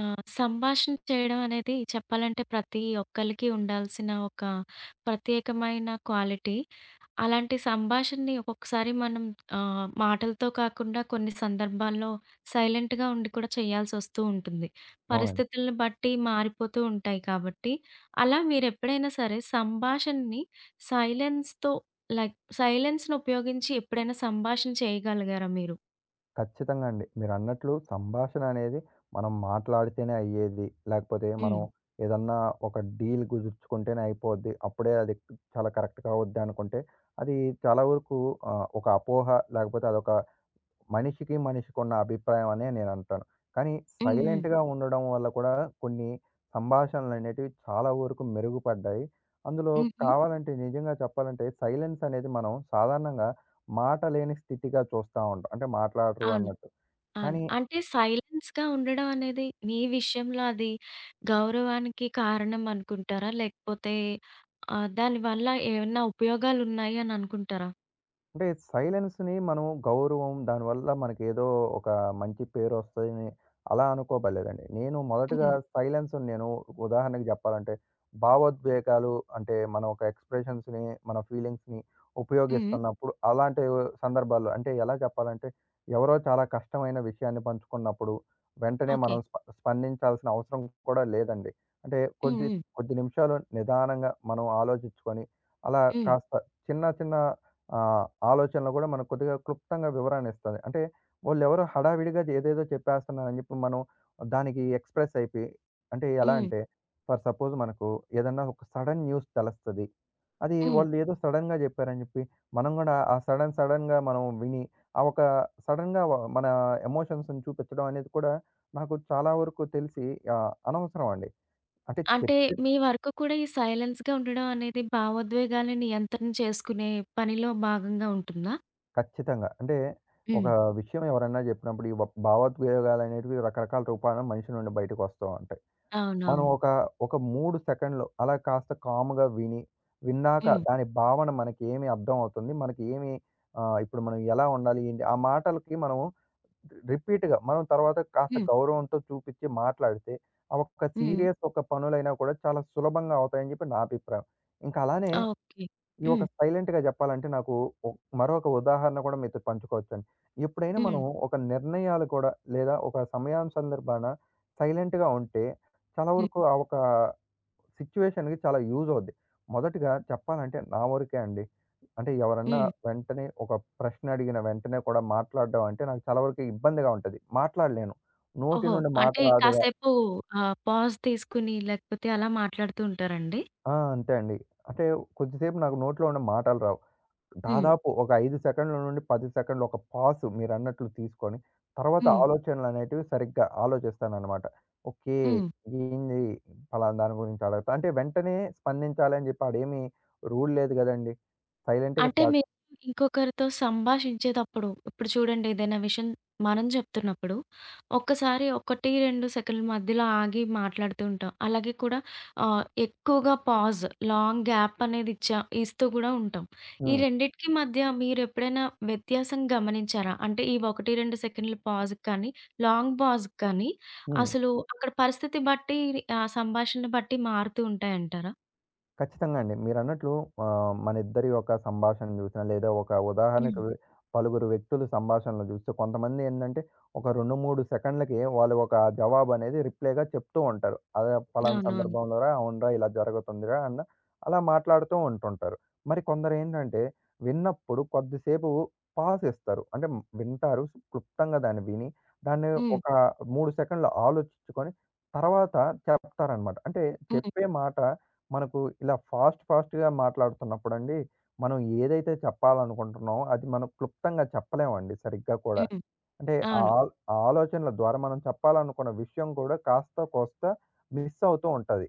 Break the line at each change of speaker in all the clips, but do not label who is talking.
ఆ! సంభాషణ చేయడం అనేది చెప్పాలంటే ప్రతి ఒక్కళ్ళకి ఉండాల్సిన ఒక ప్రత్యేకమైన క్వాలిటీ. అలాంటి సంభాషణని ఒక్కొక్కసారి మనం మాటలతో కాకుండా కొన్ని సందర్భాల్లో సైలెంట్‌గా ఉండి కూడా చేయాల్సొస్తూ ఉంటుంది.
అవునండి.
పరిస్థితులను బట్టి మారిపోతూ ఉంటాయి కాబట్టి. అలా మీరెప్పుడైనా సరే సంభాషణని సైలెన్స్‌తో లైక్ సైలెన్స్‌ని ఉపయోగించి ఎప్పుడైనా సంభాషణ చేయగలిగారా మీరు?
ఖచ్చితంగా అండి. మీరన్నట్లు సంభాషణ అనేది మనం మాట్లాడితేనే అయ్యేది. లేకపోతే మనం
హ్మ్.
ఏదన్నా ఒక డీల్ కుదుర్చుకుంటేనే అయిపోద్ది. అప్పుడే అది చాలా కరెక్ట్‌గా అవుద్ది అనుకుంటే, అది చాలా వరకు ఒక అపోహ, లేకపోతే అదొక మనిషికి మనిషికున్న అభిప్రాయం అనే నేనంటాను. కానీ
హ్మ్. హ్మ్.
సైలెంట్‌గా ఉండడం వల్ల కూడా కొన్ని సంభాషణలనేటివి చాలా వరకు మెరుగుపడ్డాయి. అందులో
హుహు.
కావాలంటే, నిజంగా చెప్పాలంటే, సైలెన్స్ అనేది మనం సాధారణంగా మాట లేని స్థితిగా చూస్తా ఉంటాం. అంటే మాట్లాడరు
అవును.
అన్నట్టు. కానీ
అంటే సైలెన్స్‌గా ఉండడం అనేది మీ విషయంలో అది గౌరవానికి కారణం అనుకుంటారా? లేకపోతే దానివల్ల ఏమన్నా ఉపయోగాలున్నాయి అని అనుకుంటారా?
అంటే సైలెన్స్‌ని మనం గౌరవం, దానివల్ల మనకేదో ఒక మంచి పేరొస్తదని అలా అనుకోబడలేదండి. నేను మొదటగా
హ్మ్.
సైలెన్స్‌ని నేను ఉదాహరణకి జెప్పాలంటే, భావోద్వేగాలు అంటే మన ఒక ఎక్స్‌ప్రెషన్స్‌ని, మన ఫీలింగ్స్‌ని
హ్మ్.
ఉపయోగిస్తున్నప్పుడు అలాంటి సందర్భాల్లో, అంటే ఎలా చెప్పాలంటే, ఎవరో చాలా కష్టమైన విషయాన్ని పంచుకున్నప్పుడు వెంటనే
ఓకే.
మనం స్పందించాల్సిన అవసరం కూడా లేదండి. అంటే
హ్మ్.
కొద్ది
హ్మ్.
కొద్ది నిమిషాలు నిదానంగా మనం ఆలోచించుకొని, అలా
హ్మ్.
కాస్త చిన్న చిన్న ఆహ్, ఆలోచనలో గూడా మనకు కొద్దిగా క్లుప్తంగా వివరణిస్తది. అంటే వాళ్ళెవరో హడావిడిగా ఏదేదో చెప్పేస్తున్నారని జెప్పి మనం దానికి ఎక్స్‌ప్రెస్ అయిపోయి, అంటే ఎలా
హ్మ్.
అంటే, ఫర్ సపోజ్ మనకు ఏదన్నా ఒక సడెన్ న్యూస్ తెలుస్తది. అది
హ్మ్.
వాళ్ళు ఏదో సడెన్‌గా జెప్పారని జెప్పి మనం గూడా ఆ సడెన్‌గా మనం విని, ఆ ఒక సడెన్‌గా వ మన ఎమోషన్స్‌ని చూపించడం అనేది కూడా నాకు చాలా వరకు తెలిసి అనవసరం అండి. అంటే
అంటే
చెప్తే
మీ వరకు కూడా ఈ సైలెన్స్‌గా ఉండడం అనేది భావోద్వేగాల్ని నియంత్రణ చేసుకునే పనిలో భాగంగా ఉంటుందా?
ఖచ్చితంగా. అంటే ఒక
హ్మ్.
విషయం ఎవరన్నా జెప్పినప్పుడు ఈ వ భావోద్వేగాలనేటివి రకరకాల రూపాన మనిషి నుండి బయటకొస్తూ ఉంటాయి. మనం
అవునవును.
ఒక, ఒక 3 సెకండ్‌లు అలా కాస్త కామ్‌గా విని, విన్నాక
హ్మ్.
దాని భావన మనకి ఏమి అర్థం అవుతుంది, మనకి ఏమి ఇప్పుడు మనం ఎలా ఉండాలి, ఏంటి ఆ మాటలకి మనం రిపీట్‌గా మనం తర్వాత కాస్త
హ్మ్.
గౌరవంతో చూపిచ్చి మాట్లాడితే, ఆ ఒక్క
హ్మ్.
సీరియస్ ఒక పనులైనా కూడా చాలా సులభంగా అవుతాయని జెప్పి నా అభిప్రాయం. ఇంకా అలానే
ఓకే.
ఈ ఒక
హ్మ్.
సైలెంట్‌గా జెప్పాలంటే నాకు ఒ మరొక ఉదాహరణ కూడా మీతో పంచుకోవచ్చండి. ఎప్పుడైనా
హ్మ్.
మనం ఒక నిర్ణయాలు కూడా, లేదా ఒక సమయం సందర్భాన సైలెంట్‌గా ఉంటే చాలా
హ్మ్.
వరకు ఆ ఒక సిట్యుయేషన్‌కి చాలా యూజ్ అవుద్ది. మొదటిగా చెప్పాలంటే నా వరకే అండి. అంటే ఎవరన్నా
హ్మ్.
వెంటనే ఒక ప్రశ్న అడిగిన వెంటనే కూడా మాట్లాడడం అంటే నాకు చాలా వరకు ఇబ్బందిగా ఉంటది. మాట్లాడలేను. నోటి
ఓహో!
నుండి మాట
అంటే
రాదుగా.
కాసేపు పాజ్ తీసుకొని లేకపోతే అలా మాట్లాడుతూ ఉంటారండి?
ఆ! అంతే అండి. అంటే కొద్దిసేపు నాకు నోట్లో ఉన్న మాటలు రావు.
హ్మ్.
దాదాపు ఒక 5 సెకండ్ల నుండి 10 సెకండ్లు ఒక పాస్ మీరన్నట్లు తీసుకొని, తర్వాత
హ్మ్.
ఆలోచనలనేటివి సరిగ్గా ఆలోచిస్తాననమాట. ఓకే.
హ్మ్.
ఏంది పలానా దాని గురించి అడగతా అంటే వెంటనే స్పందించాలని జెప్పి ఆడేమి రూల్ లేదు గదండీ. సైలెంట్‌గా
అంటే
క
మీరు ఇంకొకరితో సంభాషించేతప్పుడు, ఇప్పుడు చూడండి ఏదైనా విషయం మనం చెప్తున్నప్పుడు, ఒక్కసారి 1, 2 సెకన్ల మధ్యలో ఆగి మాట్లాడుతూ ఉంటాం. అలాగే కూడా ఎక్కువగా పాజ్, లాంగ్ గ్యాప్ అనేది ఇస్తూ గూడా ఉంటాం. ఈ
హ్మ్.
రెండిటికి మధ్య మీరెప్పుడైనా వ్యత్యాసం గమనించారా? అంటే ఈ 1, 2 సెకన్ల పాజ్‌కి కానీ, లాంగ్ పాజ్‌కి కానీ
హ్మ్.
అసలు అక్కడ పరిస్థితి బట్టి సంభాషణ బట్టి మారుతూ ఉంటాయంటారా?
ఖచ్చితంగా అండి. మీరన్నట్లు మనిద్దరి యొక్క సంభాషణ చూసినా, లేదా ఒక
హ్మ్.
ఉదాహరణకు పలుగురు వ్యక్తులు సంభాషణలు చూస్తే, కొంతమంది ఏందంటే, ఒక 2, 3 సెకండ్లకి వాళ్ళు ఒక జవాబనేది రిప్లైగా చెప్తూ ఉంటారు. అదే పలానా
అవునవును.
సందర్భంలోరా, అవునురా, ఇలా జరుగుతుందిరా అన్న అలా మాట్లాడుతూ ఉంటుంటారు. మరి కొందరేంటంటే, విన్నప్పుడు కొద్దిసేపు పాజ్ ఇస్తారు. అంటే హ్మ్, వింటారు, క్లుప్తంగా దాన్ని విని, దాన్ని
హ్మ్.
ఒక 3 సెకండ్లు ఆలోచించుకొని తర్వాత చెప్తారనమాట. అంటే
హ్మ్.
చెప్పే మాట మనకు ఇలా ఫాస్ట్ ఫాస్ట్‌గా మాట్లాడుతున్నప్పుడండి, మనం ఏదైతే చెప్పాలనుకుంటున్నామో అది మనం క్లుప్తంగా చెప్పలేమండి సరిగ్గా కూడా.
హ్మ్.
అంటే ఆ
అవును.
ఆ ఆలోచనల ద్వారా మనం చెప్పాలనుకున్న విషయం కూడా కాస్త మిస్ అవుతూ ఉంటది.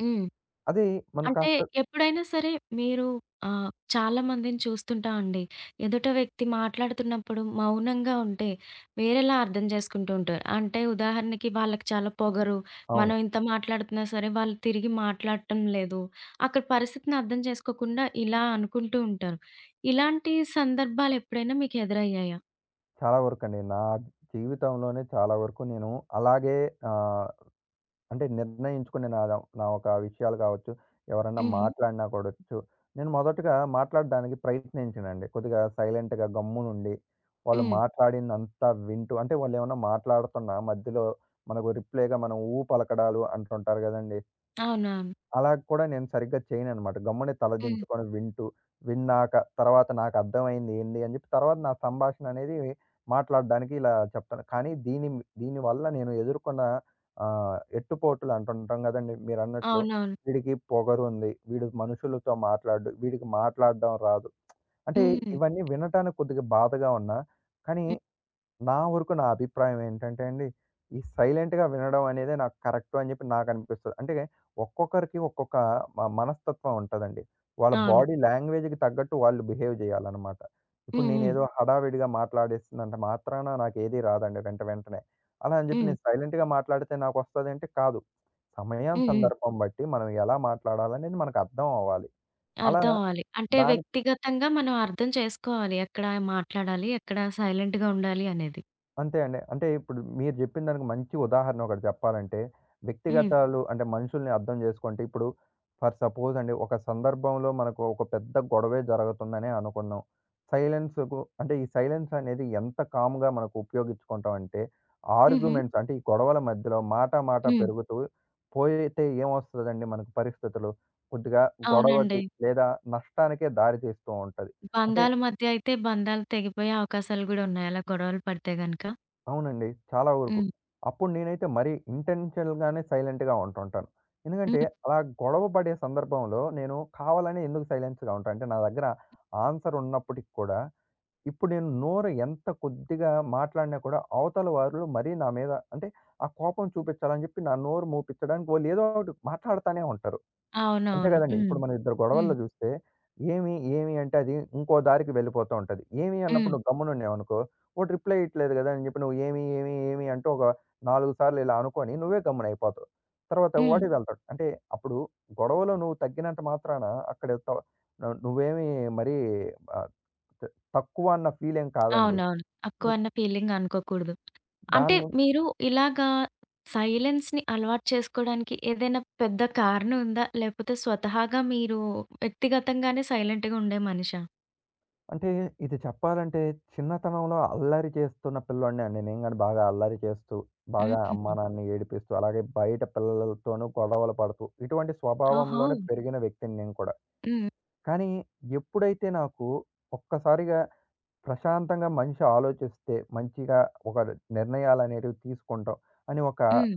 హ్మ్.
అది మనం
అంటే
కాస్త
ఎప్పుడైనా సరే మీరు చాలా మందిని చూస్తుంటామండి. ఎదుట వ్యక్తి మాట్లాడుతున్నప్పుడు మౌనంగా ఉంటే వేరేలా అర్థం చేసుకుంటూ ఉంటారు. అంటే ఉదాహరణకి వాళ్ళకి చాలా పొగరు.
అవును.
మనం ఇంత మాట్లాడుతున్నా సరే వాళ్ళు తిరిగి మాట్లాడటం లేదు. అక్కడ పరిస్థితిని అర్థం చేసుకోకుండా ఇలా అనుకుంటూ ఉంటారు. ఇలాంటి సందర్భాలు ఎప్పుడైనా మీకు ఎదురయ్యాయా?
చాలా వరకండి. నా జీవితంలోనే చాలా వరకు నేను అలాగే ఆహ్ అంటే నిర్ణయించుకుని నా ఒక విషయాలు కావచ్చు, ఎవరన్నా
హుహు.
మాట్లాడినా కూడొచ్చు. నేను మొదటగా మాట్లాడడానికి ప్రయత్నించనండి. కొద్దిగా సైలెంట్‌గా గమ్మునుండి, వాళ్ళు
హ్మ్.
మాట్లాడిందంతా వింటూ, అంటే వాళ్ళేమన్నా మాట్లాడుతున్నా మధ్యలో మనకు రిప్లైగా మనం ఊ పలకడాలు అంటుంటారు గదండీ!
అవునవును.
అలా కూడా నేను సరిగ్గా చేయననమాట. గమ్మునే
హ్మ్.
తలదించుకొని వింటూ, విన్నాక తర్వాత నాకర్థమైంది ఏంది అని జెప్పి తర్వాత నా సంభాషణ అనేది మాట్లాడడానికి ఇలా చెప్తాను. కానీ దీని దీనివల్ల నేను ఎదుర్కొన్న ఎట్టుపోటులు అంటుంటాం గదండీ మీరన్నట్లు.
అవునవును.
వీడికి పొగరుంది. వీడు మనుషులతో మాట్లాడడు. వీడికి మాట్లాడడం రాదు. అంటే
హ్మ్.
ఇవన్నీ వినటానికి కొద్దిగా బాధగా ఉన్నా, కానీ
హ్మ్.
నా వరకు నా అభిప్రాయం ఏంటంటే అండి, ఈ సైలెంట్‌గా వినడం అనేదే నాకు కరెక్టు అని చెప్పి నాకనిపిస్తది. అంటే ఒక్కొక్కరికి ఒక్కొక్క మనస్తత్వం ఉంటదండి. వాళ్ళ
అవును.
బాడీ లాంగ్వేజ్‌కి తగ్గట్టు వాళ్ళు బిహేవ్ జేయాలనమాట. ఇప్పుడు
హ్మ్. హ్మ్.
నేనేదో హడావిడిగా మాట్లాడేస్తున్నంత మాత్రాన నాకేది రాదండి వెంటనే. అలా అని జెప్పి
హ్మ్.
నేను సైలెంట్‌గా మాట్లాడితే నాకొస్తదంటే కాదు. సమయం,
హ్మ్. హ్మ్.
సందర్భం బట్టి మనం ఎలా మాట్లాడాలనేది మనకు అర్థం అవ్వాలి. అలా
అర్థం అవ్వాలి. అంటే
దాని
వ్యక్తిగతంగా మనం అర్థం చేసుకోవాలి. ఎక్కడ మాట్లాడాలి, ఎక్కడ సైలెంట్‌గా ఉండాలి అనేది.
అంతే అండి. అంటే ఇప్పుడు మీరు జెప్పిన దానికి మంచి ఉదాహరణ ఒకటి జెప్పాలంటే,
హ్మ్.
వ్యక్తిగతాలు అంటే మనుషుల్ని అర్థం జేసుకుంటే ఇప్పుడు ఫర్ సపోజ్ అండి, ఒక సందర్భంలో మనకు ఒక పెద్ద గొడవే జరుగుతుందనే అనుకుందాం. సైలెన్స్‌కు అంటే ఈ సైలెన్స్ అనేది ఎంత కామ్‌గా మనకు ఉపయోగించుకుంటామంటే,
హుహు.
ఆర్గ్యుమెంట్స్ అంటే ఈ గొడవల మధ్యలో మాట మాట
హ్మ్.
పెరుగుతూ పోయితే ఏమొస్తదండి మనకు పరిస్థితులు? కొద్దిగా
అవునండి.
గొడవకి లేదా నష్టానికే దారి తీస్తూ ఉంటది. అంటే
బంధాల మధ్య అయితే బంధాలు తెగిపోయే అవకాశాలు గూడా ఉన్నాయి. అలా గొడవలు పడితే గనక.
అవునండి. చాలా వరకు.
హ్మ్.
అప్పుడు నేనైతే మరీ ఇంటెన్షనల్‌గానే సైలెంట్‌గా ఉంటుంటాను. ఎందుకంటే,
హ్మ్.
అలా గొడవ పడే సందర్భంలో నేను కావాలనే ఎందుకు సైలెన్స్‌గా ఉంటా అంటే, నా దగ్గర ఆన్సర్ ఉన్నప్పటికి కూడా, ఇప్పుడు నేను నోరు ఎంత కొద్దిగా మాట్లాడినా కూడా, అవతల వాళ్ళు మరీ నా మీద అంటే, ఆ కోపం చూపిచ్చాలని చెప్పి నా నోరు మూపిచ్చడానికి వాళ్ళు ఏదో ఒకటి మాట్లాడతానే ఉంటారు. అంతే
అవునవును.
కదండీ.
హ్మ్.
ఇప్పుడు మన ఇద్దరి
హ్మ్.
గొడవల్లో జూస్తే, ఏమి, ఏమి అంటే అది ఇంకో దారికి వెళ్ళిపోతా ఉంటది. ఏమి
హ్మ్.
అన్నప్పుడు నువ్వు గమ్మునున్నావనుకో, వాడు రిప్లై ఇయ్యట్లేదు గదా! అని జెప్పి నువ్వు ఏమి, ఏమి, ఏమి అంటూ ఒక 4 సార్లు ఇలా అనుకోని నువ్వే గమ్మునయిపోతావు. తర్వాత
హ్మ్.
వాడే వెళ్తాడు. అంటే అప్పుడు గొడవలో నువ్వు తగ్గినంత మాత్రాన అక్కడ త నువ్వేమి మరీ ఆహ్, త తక్కువ అన్న ఫీల్ ఏం కాదండి.
అవునవును. తక్కువ
అంటే
అన్న ఫీలింగ్ అనుకోకూడదు. అంటే
దాన్ని
మీరు ఇలాగా సైలెన్స్‌ని అలవాటు చేసుకోవడానికి ఏదైనా పెద్ద కారణం ఉందా? లేకపోతే స్వతహాగా మీరు వ్యక్తిగతంగానే సైలెంట్‌గా ఉండే మనిషా?
అంటే ఇది చెప్పాలంటే, చిన్నతనంలో అల్లరి చేస్తున్న పిల్లోడినే అండి. నేను గాని బాగా అల్లరి చేస్తూ, బాగా అమ్మా,
హుహు.
నాన్నని ఏడిపిస్తూ, అలాగే బయట పిల్లలతోనూ గొడవలు పడుతూ, ఇటువంటి
ఓహో!
స్వభావంలోనే పెరిగిన వ్యక్తిని నేను కూడా.
హ్మ్.
కానీ ఎప్పుడైతే నాకు ఒక్కసారిగా ప్రశాంతంగా మనిషి ఆలోచిస్తే, మంచిగా ఒక నిర్ణయాలనేటివి తీసుకుంటాం అని ఒక
హ్మ్.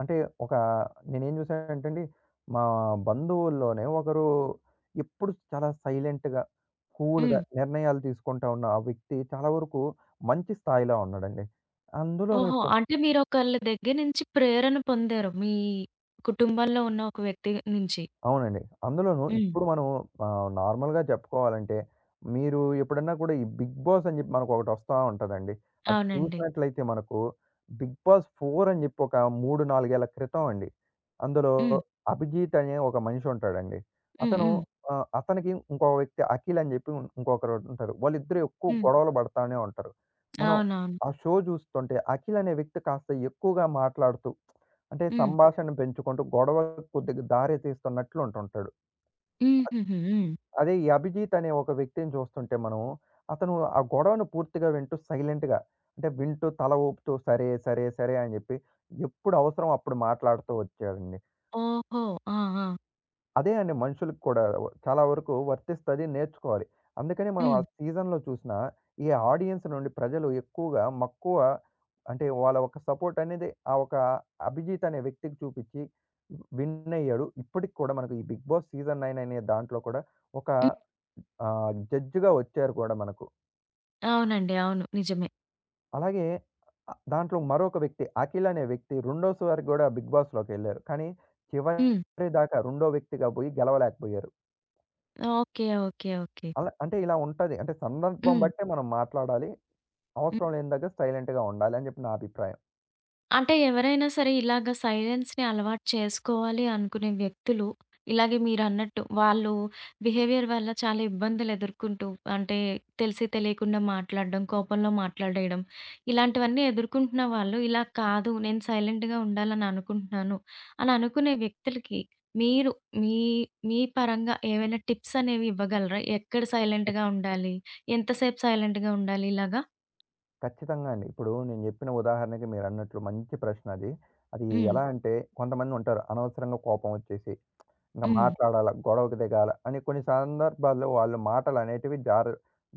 అంటే ఒక నేనేం జూసానంటే అండి, మా బంధువుల్లోనే ఒకరు ఎప్పుడు చాలా సైలెంట్‌గా, కూల్‌గా
హ్మ్.
నిర్ణయాలు తీసుకుంటా ఉన్న ఆ వ్యక్తి చాలా వరకు మంచి స్థాయిలో ఉన్నాడండి. అందులోను
ఓహో!
ఇప్పుడు
అంటే మీరొకళ్ళ దగ్గర నుంచి ప్రేరణ పొందారు. మీ కుటుంబంలో ఉన్న ఒక వ్యక్తి నుంచి.
అవునండి. అందులోనూ
హ్మ్.
ఇప్పుడు మనం నార్మల్‌గా చెప్పుకోవాలంటే, మీరు ఎప్పుడన్నా కూడా ఈ 'బిగ్ బాస్' అని చెప్పి మనకొకటి వస్తా ఉంటదండి. అది
అవునండి.
చూసినట్లయితే మనకు 'బిగ్ బాస్ 4' అని చెప్పి ఒక 3, 4 ఏళ్ల క్రితం అండి. అందులో
హ్మ్.
'అభిజీత్' అనే ఒక మనిషి ఉంటాడండి.
హ్మ్.
అతను
హ్మ్.
అవును. అతనికి ఇంకో వ్యక్తి 'అఖిల్' అని చెప్పి ఇంకొకరు ఉంటారు. వాళ్ళిద్దరూ ఎక్కువ
హ్మ్.
గొడవలు పడతానే ఉంటారు. మనం
అవునవును.
ఆ షో చూస్తుంటే 'అఖిల్' అనే వ్యక్తి కాస్త ఎక్కువగా మాట్లాడుతూ, అంటే
హ్మ్.
సంభాషణను పెంచుకుంటూ గొడవ కొద్దిగా దారి తీస్తున్నట్లు ఉంటుంటాడు.
హుహుహు. హ్మ్.
అదే ఈ అభిజిత్ అనే ఒక వ్యక్తిని చూస్తుంటే మనం, అతను ఆ గొడవను పూర్తిగా వింటూ సైలెంట్‌గా, అంటే వింటూ తల ఊపుతూ సరే, సరే, సరే అని చెప్పి ఎప్పుడు అవసరం అప్పుడు మాట్లాడుతూ వచ్చాడండి.
ఓహో! ఆ! ఆ!
అదే అండి మనుషులకి కూడా వ చాలా వరకు వర్తిస్తది, నేర్చుకోవాలి. అందుకని మనం ఆ
హ్మ్.
సీజన్‌లో చూసినా ఈ ఆడియన్స్ నుండి ప్రజలు ఎక్కువగా మక్కువ, అంటే వాళ్ళ ఒక సపోర్ట్ అనేది ఆ ఒక అభిజిత్ అనే వ్యక్తికి చూపిచ్చి విన్ అయ్యాడు. ఇప్పటికి కూడా మనకు ఈ 'బిగ్ బాస్' సీజన్ 9 అనే దాంట్లో కూడా ఒక
హ్మ్.
జడ్జ్‌గా వచ్చారు కూడా మనకు.
అవునండి. అవును. నిజమే.
అలాగే దాంట్లో మరొక వ్యక్తి అఖిల్ అనే వ్యక్తి రెండోసారి కూడా 'బిగ్ బాస్'లోకెళ్లారు. కానీ
హ్మ్.
చివరి దాకా రెండో వ్యక్తిగా పోయి గెలవలేకపోయారు.
ఓకే. ఓకే. ఓకే.
అలా అంటే ఇలా ఉంటది. అంటే సందర్భం
హ్మ్.
బట్టే మనం మాట్లాడాలి.
హ్మ్.
అవసరం లేని దగ్గర సైలెంట్‌గా ఉండాలి అని చెప్పి నా అభిప్రాయం.
అంటే ఎవరైనా సరే ఇలాగ సైలెన్స్‌ని అలవాటు చేసుకోవాలి అనుకునే వ్యక్తులు, ఇలాగే మీరన్నట్టు వాళ్ళు బిహేవియర్ వల్ల చాలా ఇబ్బందులు ఎదుర్కొంటూ అంటే తెలిసి తెలియకుండా మాట్లాడడం, కోపంలో మాట్లాడేయడం ఇలాంటివన్నీ ఎదుర్కొంటున్న వాళ్ళు ఇలా కాదు, నేను సైలెంట్‌గా ఉండాలని అనుకుంటున్నాను అని అనుకునే వ్యక్తులకి మీరు మీ మీ పరంగా ఏవైనా టిప్స్ అనేవి ఇవ్వగలరా? ఎక్కడ
ఖ
సైలెంట్‌గా ఉండాలి? ఎంతసేపు సైలెంట్‌గా ఉండాలి ఇలాగా?
ఖచ్చితంగా అండి. ఇప్పుడు నేను చెప్పిన ఉదాహరణకి మీరన్నట్లు మంచి ప్రశ్న అది. అది
హ్మ్.
ఎలా అంటే, కొంతమంది ఉంటారు అనవసరంగా కోపం వచ్చేసి ఇంక
హ్మ్.
మాట్లాడాల, గొడవకు దిగాల అని కొన్ని సందర్భాల్లో వాళ్ళు మాటలనేటివి జార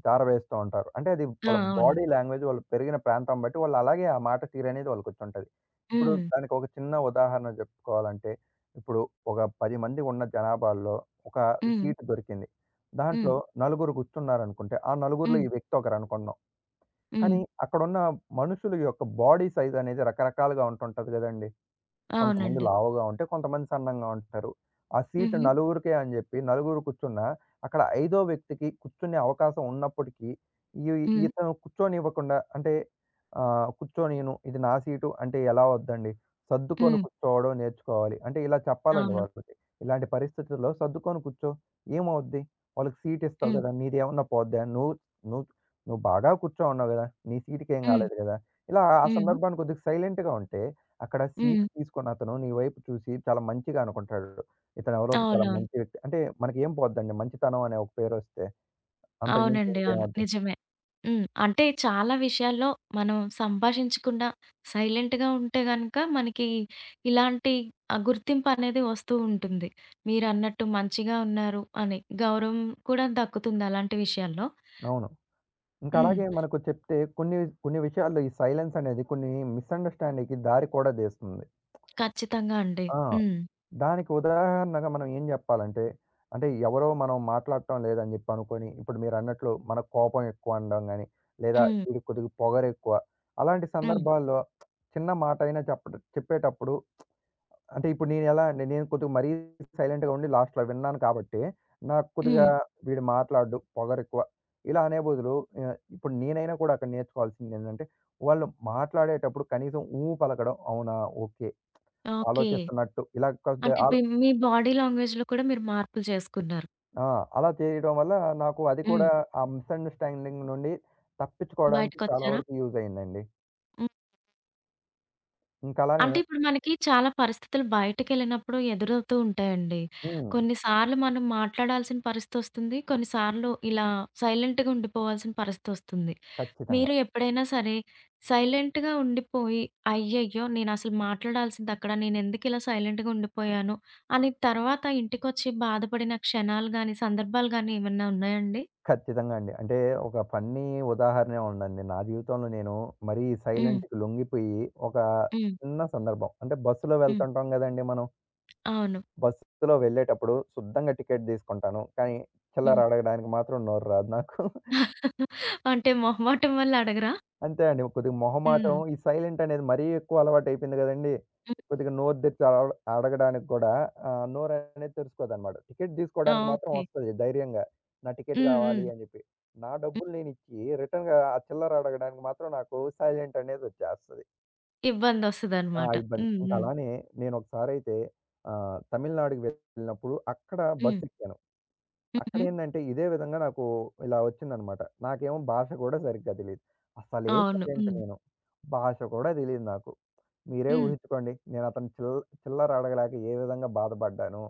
జారవేస్తూ ఉంటారు. అంటే అది
ఆ!
వాళ్ళ
అవును.
బాడీ లాంగ్వేజ్, వాళ్ళు పెరిగిన ప్రాంతం బట్టి వాళ్ళు అలాగే ఆ మాట తీరనేది వాళ్ళకొచ్చుంటది. ఇప్పుడు
హ్మ్.
దానికి ఒక చిన్న ఉదాహరణ చెప్పుకోవాలంటే, ఇప్పుడు ఒక 10 మంది ఉన్న జనాభాలో ఒక
హ్మ్.
సీటు దొరికింది.
హ్మ్.
దాంట్లో నలుగురు కూర్చున్నారనుకుంటే, ఆ నలుగురిలో
హ్మ్.
ఈ వ్యక్తి ఒకరు అనుకుందాం.
హ్మ్.
కానీ అక్కడున్న మనుషుల యొక్క బాడీ సైజ్ అనేది రకరకాలుగా ఉంటుంటది గదండీ! కొంతమంది
అవునండి.
లావుగా ఉంటే, కొంతమంది సన్నంగా ఉంటారు. ఆ సీట్
హుహు.
నలుగురికే అని చెప్పి, నలుగురు కూర్చున్నా, అక్కడ ఐదో వ్యక్తికి కూర్చునే అవకాశం ఉన్నప్పటికీ, ఈ
హ్మ్.
ఇతను కూర్చోనివ్వకుండా అంటే కూర్చోనీయను, ఇది నా సీటు అంటే ఎలా వద్దండి? సర్దుకొని
హ్మ్.
కూర్చోవడం నేర్చుకోవాలి. అంటే ఇలా చెప్పాలండి
అవును.
వాళ్ళకి. ఇలాంటి పరిస్థితుల్లో సర్దుకొని కూర్చో, ఏమవుద్ది? వాళ్ళకి సీట్ ఇస్తావు
హ్మ్.
కదా! నీదేమన్నా పోద్దా? నువ్వు నువ్వు నువ్వు బాగా కూర్చోనున్నావు కదా! నీ సీట్‌కేం
హ్మ్.
కాలేదు కదా! ఇలా ఆ
హ్మ్.
సందర్భాన్ని కొద్దిగా సైలెంట్‌గా ఉంటే అక్కడ సీట్
హ్మ్.
తీసుకున్నతను నీ వైపు చూసి చాలా మంచిగా అనుకుంటాడు. ఇతనెవరో చాలా
అవునవును.
మంచి వ్యక్తి. అంటే మనకేం పోద్దండి మంచితనం అనే ఒక పేరొస్తే. అంతకుమించి
అవునండి. అవును.
ఇంకేమొద్ది.
నిజమే. హ్మ్. అంటే చాలా విషయాల్లో మనం సంభాషించకుండా సైలెంట్‌గా ఉంటే గనక మనకి ఇలాంటి ఆ గుర్తింపనేది వస్తూ ఉంటుంది. మీరన్నట్టు మంచిగా ఉన్నారు అని. గౌరవం కూడా దక్కుతుంది అలాంటి విషయాల్లో.
అవును. ఇంకా
హ్మ్.
అలాగే మనకు చెప్తే కొన్ని, కొన్ని విషయాల్లో ఈ సైలెన్స్ అనేది కొన్ని మిస్‌అండర్‌స్టాండింగ్‌కి దారి కూడా తీస్తుంది.
ఖచ్చితంగా అండి.
ఆ!
హ్మ్.
దానికి ఉదాహరణగా మనం ఏం జెప్పాలంటే, అంటే ఎవరో మనం మాట్లాడటం లేదని జెప్పి అనుకోని, ఇప్పుడు మీరన్నట్లు మనకు కోపం ఎక్కువ అనడం గాని, లేదా
హ్మ్.
వీడికి కొద్దిగా పొగరెక్కువ. అలాంటి
హ్మ్.
సందర్భాల్లో చిన్న మాటైనా చెప్పేటప్పుడు, అంటే ఇప్పుడు నేనెలా అండి, నేను కొద్దిగా మరీ సైలెంట్‌గా ఉండి లాస్ట్‌లో విన్నాను కాబట్టి, నాకు కొద్దిగా
హ్మ్.
వీడు మాట్లాడడు, పొగరెక్కువ ఇలా అనే బదులు ఇప్పుడు నేనైనా కూడా అక్కడ నేర్చుకోవాల్సిందేంటంటే, వాళ్ళు మాట్లాడేటప్పుడు కనీసం ఊ పలకడం. అవునా, ఓకే.
ఓకే.
ఆలోచిస్తున్నట్టు ఇలా కొద్దిగా
అంటే
ఆలో
బి మీ బాడీ లాంగ్వేజ్‌లో కూడా మీరు మార్పులు చేసుకున్నారు.
ఆ! అలా చేయడం వల్ల నాకు అది
హ్మ్.
కూడా ఆ మిస్‌అండర్‌స్టాండింగ్ నుండి తప్పించుకోవడానికి చాలా
బయటకొచ్చారా?
వరకు యూజ్ అయిందండి.
హ్మ్.
ఇంకలానే
అంటే ఇప్పుడు మనకి చాలా పరిస్థితులు బయటకెళ్ళినప్పుడు ఎదురవుతూ ఉంటాయండి.
హ్మ్.
కొన్నిసార్లు మనం మాట్లాడాల్సిన పరిస్థితొస్తుంది. కొన్నిసార్లు ఇలా సైలెంట్‌గా ఉండిపోవాల్సిన పరిస్థితొస్తుంది.
ఖచ్చితంగా.
మీరు ఎప్పుడైనా సరే సైలెంట్‌గా ఉండిపోయి, అయ్యయ్యో! నేనసలు మాట్లాడాల్సింది అక్కడ, నేనెందుకిలా సైలెంట్‌గా ఉండిపోయాను అని తర్వాత ఇంటికొచ్చి బాధపడిన క్షణాలు గాని, సందర్భాలు గాని ఏమన్నా ఉన్నాయండి?
ఖచ్చితంగా అండి. అంటే ఒక ఫన్నీ ఉదాహరణే ఉందండి. నా జీవితంలో నేను మరీ
హ్మ్.
సైలెంట్‌కి లొంగిపోయి ఒక
హ్మ్.
చిన్న సందర్భం. అంటే బస్సులో
హ్మ్.
వెళ్తుంటాం గదండీ మనం.
అవును.
బస్సులో వెళ్ళేటప్పుడు శుద్ధంగా టికెట్ తీసుకుంటాను. కానీ
హ్మ్.
చిల్లర అడగడానికి మాత్రం నోరు రాదు నాకు.
అంటే మొహమాటం వల్ల అడగరా?
అంతే అండి. కొద్దిగా మొహమాటం,
హ్మ్.
ఈ సైలెంట్ అనేది మరీ ఎక్కువ అలవాటయిపోయింది గదండీ!
హ్మ్.
కొద్దిగా నోరు తెరిచి అడగడానికి గూడా నోరనేది తెరుచుకోదనమాట. టికెట్ తీసుకోవడానికి మాత్రం
ఓకే.
వస్తది ధైర్యంగా. నా టికెట్
హ్మ్. హ్మ్.
కావాలి అని జెప్పి. నా
హ్మ్.
డబ్బులు నేనిచ్చి రిటర్న్‌గా ఆ చిల్లర అడగడానికి మాత్రం నాకు సైలెంట్ అనేది వచ్చేస్తది. ఆ!
ఇబ్బందొస్తదనమాట.
ఇబ్బంది.
హ్మ్.
ఇంక
హ్మ్.
అలానే నేనొకసారయితే తమిళనాడుకి వెళ్ళినప్పుడు అక్కడ
హ్మ్.
బస్సెక్కాను.
హుహు.
అక్కడేందంటే, ఇదే విధంగా నాకు ఇలా వచ్చిందనమాట. నాకేమో భాష కూడా సరిగ్గా తెలీదు. అసలే
అవును.
సైలెంట్
హ్మ్.
నేను. భాష కూడా తెలీదు నాకు. మీరే
హ్మ్.
ఊహించుకోండి. నేను అతను చిల్ చిల్లర అడగలేక ఏ విధంగా బాధపడ్డానో.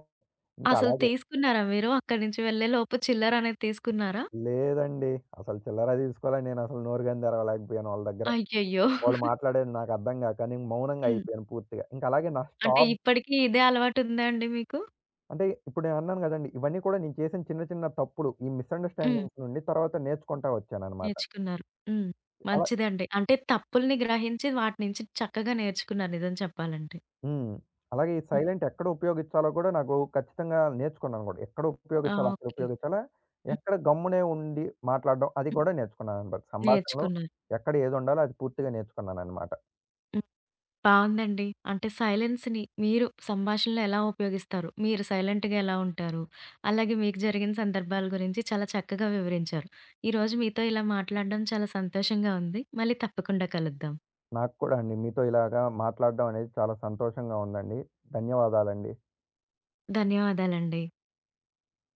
ఇంకా
అసలు
అలాగే
తీసుకున్నారా మీరు? అక్కడి నుంచి వెళ్ళేలోపు చిల్లరనేది తీసుకున్నారా?
లేదండి. అసలు చిల్లర తీసుకోవాలని నేనసలు నోరుగాని తెరవలేకపోయాను వాళ్ళ దగ్గర.
అయ్యయ్యో!
వాళ్ళు మాట్లాడేది నాకు అర్థం గాక నేను మౌనంగా
హ్మ్.
అయిపోయాను పూర్తిగా. ఇంక అలాగే నా
అంటే
స్టాప్
ఇప్పటికి ఇదే అలవాటుందా అండి మీకు?
అంటే ఇప్పుడు నేను అన్నాను గదండీ! ఇవన్నీ కూడా నేను చేసిన చిన్న చిన్న తప్పులు, ఈ
హ్మ్.
మిస్‌అండర్‌స్టాండింగ్స్ నుండి తర్వాత నేర్చుకుంటా వచ్చాననమాట.
నేర్చుకున్నారు. హ్మ్.
అలా
మంచిదండి. అంటే తప్పుల్ని గ్రహించి వాటి నుంచి చక్కగా నేర్చుకున్నారు నిజం చెప్పాలంటే.
హ్మ్. అలాగే ఈ
హ్మ్.
సైలెంట్ ఎక్కడ ఉపయోగించాలో కూడా నాకు ఖచ్చితంగా నేర్చుకున్నాను కూడా. ఎక్కడ
ఆ!
ఉపయోగించాలా, అక్కడ
ఓకే.
ఉపయోగించాలా,
హ్మ్.
ఎక్కడ గమ్మునే ఉండి మాట్లాడడం అది కూడా నేర్చుకున్నాననమాట. సంభాషణలో
నేర్చుకున్నారు.
ఎక్కడ ఏది ఉండాలో అది పూర్తిగా నేర్చుకున్నాననమాట.
బావుందండి. అంటే సైలెన్స్‌ని మీరు సంభాషణలో ఎలా ఉపయోగిస్తారు? మీరు సైలెంట్‌గా ఎలా ఉంటారు? అలాగే మీకు జరిగిన సందర్భాల గురించి చాలా చక్కగా వివరించారు. ఈరోజు మీతో ఇలా మాట్లాడడం చాలా సంతోషంగా ఉంది. మళ్ళీ తప్పకుండా కలుద్దాం.
నాకు కూడా అండి మీతో ఇలాగా మాట్లాడడం అనేది చాలా సంతోషంగా ఉందండి. ధన్యవాదాలండి.
ధన్యవాదాలండి.